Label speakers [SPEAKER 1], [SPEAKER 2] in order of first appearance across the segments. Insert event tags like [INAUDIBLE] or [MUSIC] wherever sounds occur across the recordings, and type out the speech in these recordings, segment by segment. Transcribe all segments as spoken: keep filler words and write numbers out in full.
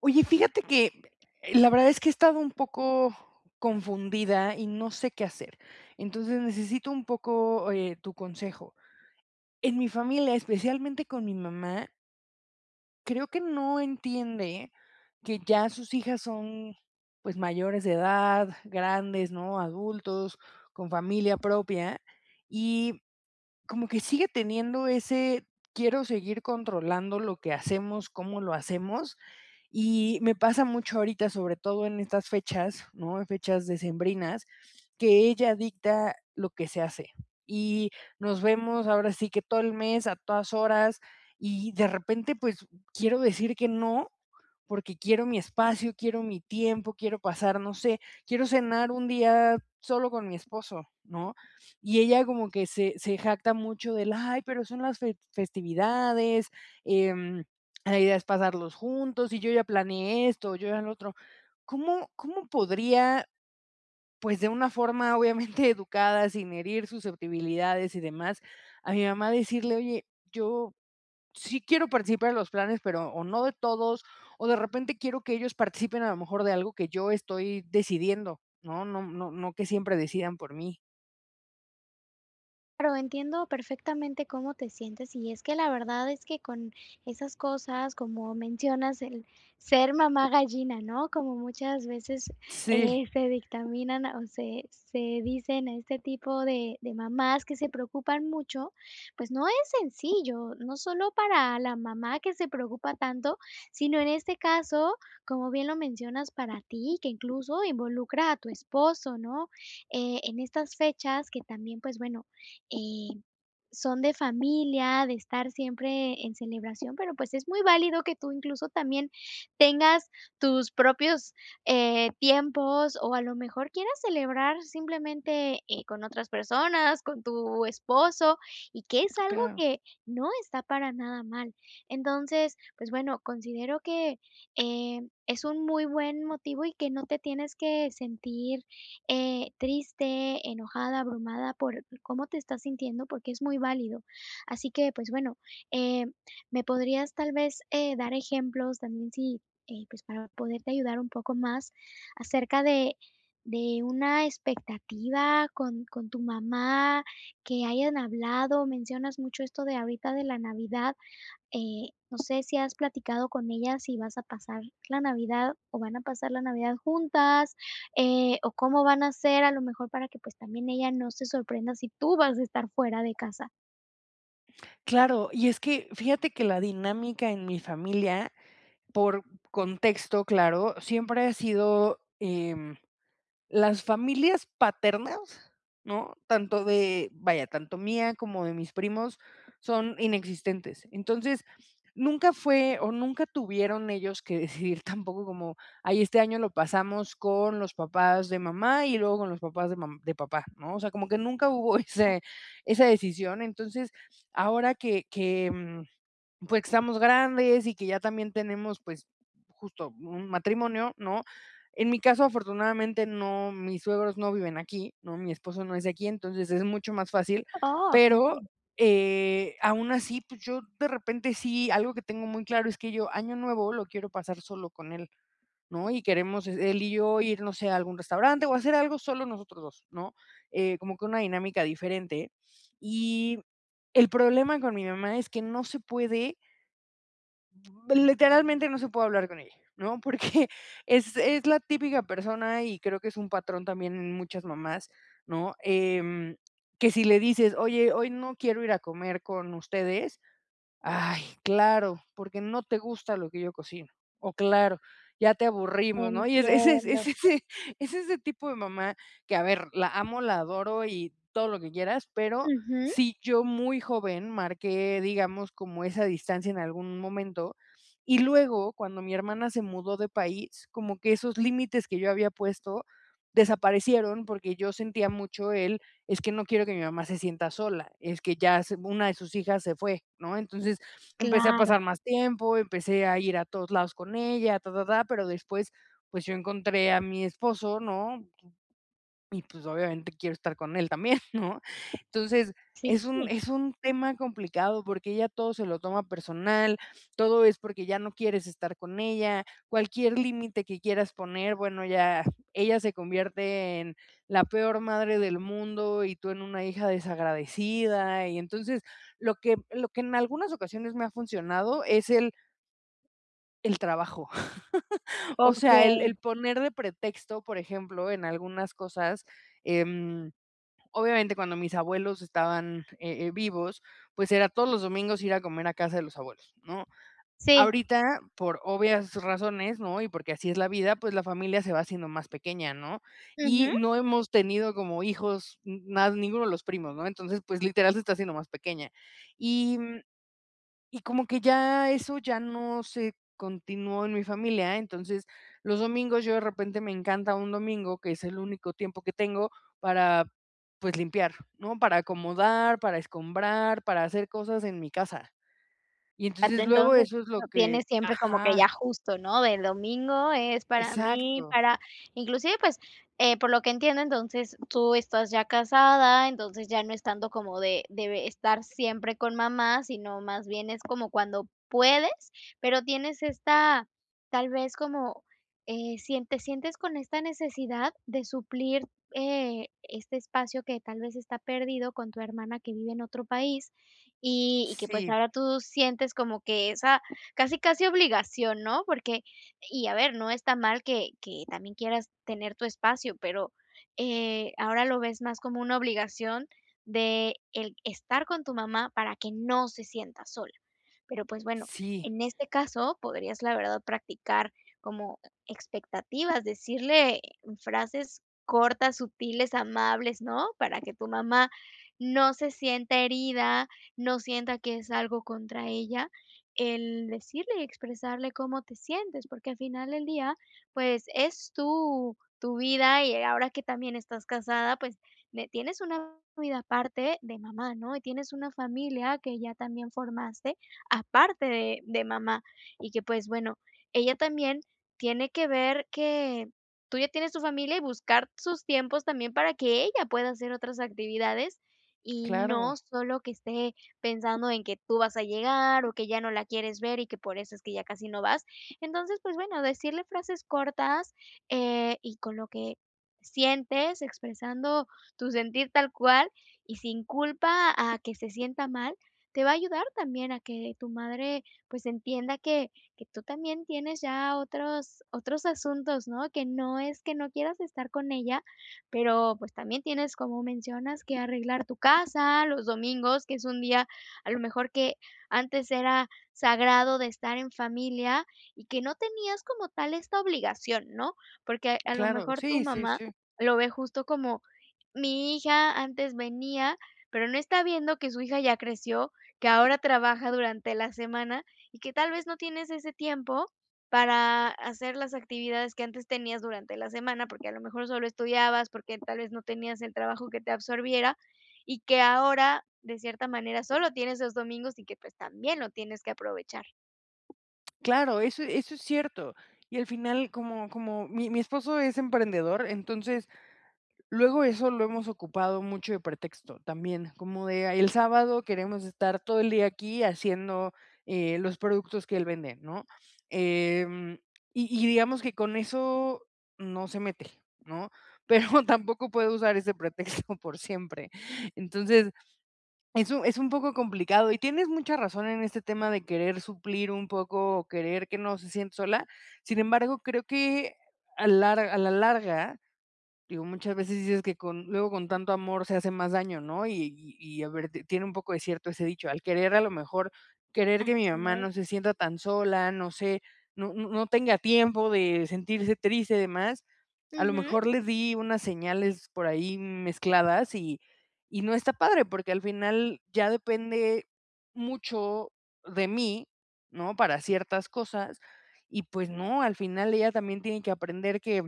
[SPEAKER 1] Oye, fíjate que eh, la verdad es que he estado un poco confundida y no sé qué hacer. Entonces necesito un poco eh, tu consejo. En mi familia, especialmente con mi mamá, creo que no entiende que ya sus hijas son pues mayores de edad, grandes, ¿no? Adultos, con familia propia. Y como que sigue teniendo ese quiero seguir controlando lo que hacemos, cómo lo hacemos, y me pasa mucho ahorita, sobre todo en estas fechas, ¿no? En fechas decembrinas, que ella dicta lo que se hace. Y nos vemos ahora sí que todo el mes, a todas horas, y de repente, pues, quiero decir que no, porque quiero mi espacio, quiero mi tiempo, quiero pasar, no sé, quiero cenar un día solo con mi esposo, ¿no? Y ella como que se se jacta mucho del: "Ay, pero son las fe festividades, em, la idea es pasarlos juntos, y yo ya planeé esto, yo ya lo otro". ¿Cómo cómo podría, pues, de una forma obviamente [LAUGHS] educada, sin herir susceptibilidades y demás, a mi mamá decirle: "Oye, yo sí quiero participar en los planes, pero o no de todos, o de repente quiero que ellos participen a lo mejor de algo que yo estoy decidiendo, ¿no? No no no que siempre decidan por mí".
[SPEAKER 2] Claro, entiendo perfectamente cómo te sientes y es que la verdad es que con esas cosas, como mencionas, el ser mamá gallina, ¿no? Como muchas veces eh,
[SPEAKER 1] Sí.
[SPEAKER 2] se dictaminan o se, se dicen a este tipo de, de mamás que se preocupan mucho, pues no es sencillo, no solo para la mamá que se preocupa tanto, sino en este caso, como bien lo mencionas, para ti, que incluso involucra a tu esposo, ¿no? Eh, en estas fechas que también, pues bueno, eh, son de familia, de estar siempre en celebración, pero pues es muy válido que tú incluso también tengas tus propios eh, tiempos o a lo mejor quieras celebrar simplemente eh, con otras personas, con tu esposo, y que es algo
[SPEAKER 1] Claro.
[SPEAKER 2] que no está para nada mal. Entonces, pues bueno, considero que eh, es un muy buen motivo y que no te tienes que sentir eh, triste, enojada, abrumada por cómo te estás sintiendo, porque es muy válido. Así que, pues bueno, eh, me podrías tal vez eh, dar ejemplos también si, eh, pues para poderte ayudar un poco más acerca de, de una expectativa con, con tu mamá, que hayan hablado, mencionas mucho esto de ahorita de la Navidad, eh, no sé si has platicado con ella si vas a pasar la Navidad o van a pasar la Navidad juntas, eh, o cómo van a hacer a lo mejor para que pues también ella no se sorprenda si tú vas a estar fuera de casa.
[SPEAKER 1] Claro, y es que fíjate que la dinámica en mi familia, por contexto, claro, siempre ha sido, em las familias paternas, ¿no? Tanto de, vaya, tanto mía como de mis primos, son inexistentes. Entonces, nunca fue o nunca tuvieron ellos que [LAUGHS] decidir tampoco como, ay, este año lo pasamos con los papás de mamá y luego con los papás de mam de papá, ¿no? O sea, como que nunca hubo [LAUGHS] ese esa decisión. Entonces, ahora que que, mm pues, que estamos grandes y que ya también tenemos, pues, justo un matrimonio, ¿no? En mi caso, afortunadamente, no, mis suegros no viven aquí, ¿no? Mi esposo no es de aquí, entonces es mucho más fácil, pero, eh, aún así, pues, yo de repente sí, algo que tengo muy claro es que yo Año Nuevo lo quiero pasar solo con él, ¿no? Y queremos es- él y yo ir, no sé, a algún restaurante o hacer algo solo nosotros dos, ¿no? Eh, como que una dinámica diferente. Y el problema con mi mamá es que no se puede. Literalmente no se puede hablar con ella, ¿no? Porque [LAUGHS] es es la típica persona, y creo que es un patrón también en muchas mamás, ¿no? Em, que si le dices: "Oye, hoy no quiero ir a comer con ustedes", ay, claro, porque no te gusta lo que yo cocino. O claro, ya te aburrimos, ¿no? Y es es es
[SPEAKER 2] Entiendo.
[SPEAKER 1] es ese [LAUGHS] es ese tipo de mamá que, a ver, la amo, la adoro y todo lo que quieras, pero
[SPEAKER 2] Ujú,
[SPEAKER 1] sí yo muy joven marqué, digamos, como esa distancia en algún momento. Y luego, cuando mi hermana se mudó de país, como que esos límites que yo había puesto desaparecieron, porque yo sentía mucho el es que no quiero que mi mamá se sienta sola, es que ya se una de sus hijas se fue, ¿no? Entonces, empecé a
[SPEAKER 2] claro,
[SPEAKER 1] pasar más tiempo, empecé a ir a todos lados con ella, ta, ta, ta, pero después, pues, yo encontré a mi esposo, ¿no? Y, pues, obviamente quiero estar con él también, [LAUGHS] ¿no? Entonces,
[SPEAKER 2] sí.
[SPEAKER 1] es un es un tema complicado porque ella todo se lo toma personal, todo es porque ya no quieres estar con ella, cualquier límite que quieras poner, bueno, ya ella se convierte en la peor madre del mundo y tú en una hija desagradecida. Y entonces, lo que lo que en algunas ocasiones me ha funcionado es el el trabajo. [LAUGHS] O sea, el
[SPEAKER 2] Okey.
[SPEAKER 1] el poner de pretexto, por ejemplo, en algunas cosas, em obviamente cuando mis abuelos estaban, eh eh, vivos, pues era todos los domingos ir a comer a casa de los abuelos, ¿no?
[SPEAKER 2] Sí,
[SPEAKER 1] Ahorita, por obvias razones, ¿no? Y porque así es la vida, pues la familia se va haciendo más pequeña, ¿no? Y
[SPEAKER 2] ujú.
[SPEAKER 1] no hemos tenido como hijos, n nada, ninguno de los primos, ¿no? Entonces, pues literal se está haciendo más pequeña. Y mm, y como que ya eso ya no se continuó en mi familia, entonces, los domingos yo de repente me encanta un domingo, que es el único tiempo que tengo para, pues, limpiar, ¿no? Para acomodar, para escombrar, para hacer cosas en mi casa. Y entonces luego
[SPEAKER 2] Entonces,
[SPEAKER 1] eso es lo
[SPEAKER 2] lo
[SPEAKER 1] que
[SPEAKER 2] tienes siempre como que
[SPEAKER 1] ajá,
[SPEAKER 2] ya justo, ¿no? Del domingo es para mí,
[SPEAKER 1] exacto.
[SPEAKER 2] para inclusive, pues, eh, por lo que entiendo, entonces tú estás ya casada, entonces ya no estando como de de estar siempre con mamá, sino más bien es como cuando puedes, pero tienes esta, tal vez como, eh, sien te sientes con esta necesidad de suplir, eh, este espacio que tal vez está perdido con tu hermana que vive en otro país, y y que, pues,
[SPEAKER 1] Sí,
[SPEAKER 2] ahora tú sientes como que esa casi, casi obligación, ¿no? Porque y a ver, no está mal que que también quieras tener tu espacio, pero, eh, ahora lo ves más como una obligación de el estar con tu mamá para que no se sienta sola. Pero, pues, bueno,
[SPEAKER 1] sí,
[SPEAKER 2] en este caso podrías, la verdad, practicar como expectativas, decirle frases cortas, sutiles, amables, ¿no? Para que tu mamá no se sienta herida, no sienta que es algo contra ella el decirle y expresarle cómo te sientes, porque al final del día, pues es tu, tu vida y ahora que también estás casada, pues ne- tienes una vida aparte de mamá, ¿no? Y tienes una familia que ya también formaste aparte de, de mamá y que pues bueno, ella también tiene que ver que tú ya tienes tu familia y buscar sus tiempos también para que ella pueda hacer otras actividades y no
[SPEAKER 1] claro,
[SPEAKER 2] solo que esté pensando en que tú vas a llegar o que ya no la quieres ver y que por eso es que ya casi no vas. Entonces, pues bueno, decirle frases cortas, eh, y con lo que sientes, expresando tu sentir tal cual y sin culpa a que se sienta mal, te va a ayudar también a que tu madre pues entienda que, que tú también tienes ya otros, otros asuntos, ¿no? Que no es que no quieras estar con ella, pero pues también tienes, como mencionas, que arreglar tu casa los domingos, que es un día a lo mejor que antes era sagrado de estar en familia y que no tenías como tal esta obligación, ¿no? Porque a lo
[SPEAKER 1] claro,
[SPEAKER 2] mejor tu
[SPEAKER 1] sí, sí,
[SPEAKER 2] mamá
[SPEAKER 1] sí.
[SPEAKER 2] lo ve justo como mi hija antes venía, pero no está viendo que su hija ya creció, que ahora trabaja durante la semana y que tal vez no tienes ese tiempo para hacer las actividades que antes tenías durante la semana, porque a lo mejor solo estudiabas, porque tal vez no tenías el trabajo que te absorbiera y que ahora, de cierta manera, solo tienes los domingos y que, pues, también lo tienes que aprovechar.
[SPEAKER 1] Claro, eso eso es cierto. Y al final, como como mi mi esposo es emprendedor, entonces luego eso lo hemos ocupado mucho de pretexto también, como de: "Ay, el sábado queremos estar todo el día aquí haciendo, eh, los productos que él vende", ¿no? Em, y y digamos que con eso no se mete, ¿no? Pero [LAUGHS] tampoco puede usar ese pretexto por siempre. Entonces, es un es un poco complicado, y tienes mucha razón en este tema de querer suplir un poco, o querer que no se sienta sola. Sin embargo, creo que a lar a la larga. Digo, muchas veces dices que con luego con tanto amor se hace más daño, ¿no? Y y y a ver, t tiene un poco de cierto ese dicho, al querer a lo mejor querer que mi
[SPEAKER 2] Así
[SPEAKER 1] mamá
[SPEAKER 2] es.
[SPEAKER 1] no se sienta tan sola, no sé, no no no tenga tiempo de sentirse triste y demás, a lo
[SPEAKER 2] Ujú.
[SPEAKER 1] mejor le di unas señales por ahí mezcladas y y no está padre, porque al final ya depende mucho de mí, ¿no? Para ciertas cosas y, pues no, al final ella también tiene que aprender que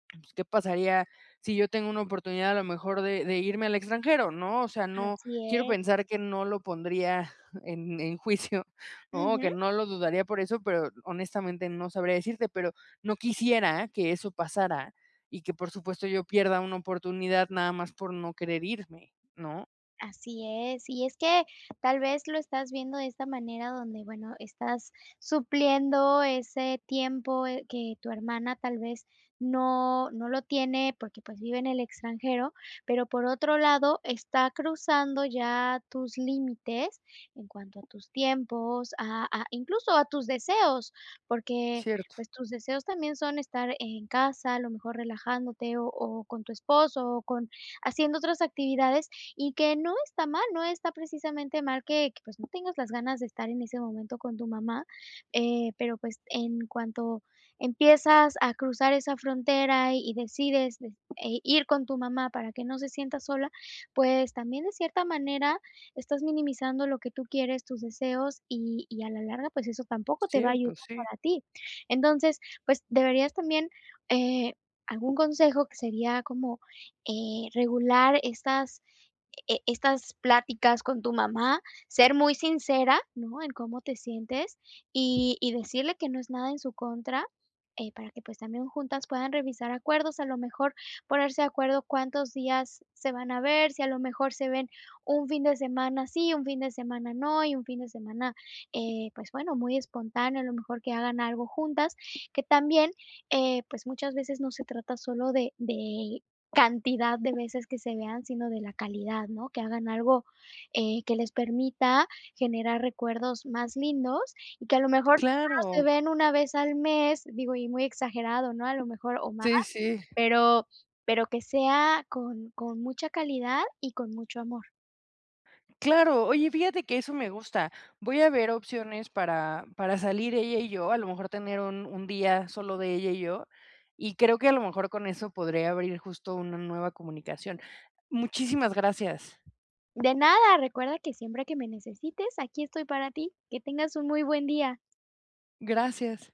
[SPEAKER 1] pues, ¿qué pasaría si yo tengo una oportunidad a lo mejor de de irme al extranjero?, ¿no? O sea, no
[SPEAKER 2] Así
[SPEAKER 1] quiero
[SPEAKER 2] es.
[SPEAKER 1] pensar que no lo pondría [LAUGHS] en en juicio, ¿no? O
[SPEAKER 2] Ujú.
[SPEAKER 1] que no lo dudaría por eso, pero honestamente no sabría decirte, pero no quisiera que eso pasara y que, por supuesto, yo pierda una oportunidad nada más por no querer irme, ¿no?
[SPEAKER 2] Así es, y es que tal vez lo estás viendo de esta manera donde, bueno, estás supliendo ese tiempo, eh, que tu hermana tal vez no no lo tiene porque, pues, vive en el extranjero, pero por otro lado está cruzando ya tus límites en cuanto a tus tiempos, a a incluso a tus deseos, porque,
[SPEAKER 1] Cierto,
[SPEAKER 2] pues, tus deseos también son estar en casa, a lo mejor relajándote o o con tu esposo o con haciendo otras actividades y que no está mal, no está precisamente mal que que, pues, no tengas las ganas de estar en ese momento con tu mamá, eh, pero, pues, en cuanto empiezas a cruzar esa frontera y y decides de eh, ir con tu mamá para que no se sienta sola, pues, también de cierta manera estás minimizando lo que tú quieres, tus deseos, y y a la larga, pues, eso tampoco te va a ayudar
[SPEAKER 1] cierto, sí.
[SPEAKER 2] para ti. Entonces, pues, deberías también, eh, algún consejo que sería como, eh, regular estas e estas pláticas con tu mamá, ser muy sincera, ¿no?, en cómo te sientes y y decirle que no es nada en su contra, eh, para que, pues, también juntas puedan revisar acuerdos, a lo mejor ponerse de acuerdo cuántos días se van a ver, si a lo mejor se ven un fin de semana sí, un fin de semana no, y un fin de semana, eh, pues, bueno, muy espontáneo, a lo mejor que hagan algo juntas, que también, eh, pues, muchas veces no se trata solo de de cantidad de veces que se vean, sino de la calidad, ¿no? Que hagan algo, eh, que les permita generar recuerdos más lindos y que a lo mejor si solo se
[SPEAKER 1] Claro.
[SPEAKER 2] ven una vez al mes, digo, y muy exagerado, ¿no? A lo mejor o más,
[SPEAKER 1] Sí, sí.
[SPEAKER 2] pero pero que sea con con mucha calidad y con mucho amor.
[SPEAKER 1] Claro, oye, fíjate que eso me gusta. Voy a ver opciones para, para salir ella y yo, a lo mejor tener un, un día solo de ella y yo, y creo que a lo mejor con eso podré abrir justo una nueva comunicación. Muchísimas gracias.
[SPEAKER 2] De nada, recuerda que siempre que me necesites, aquí estoy para ti. Que tengas un muy buen día.
[SPEAKER 1] Gracias.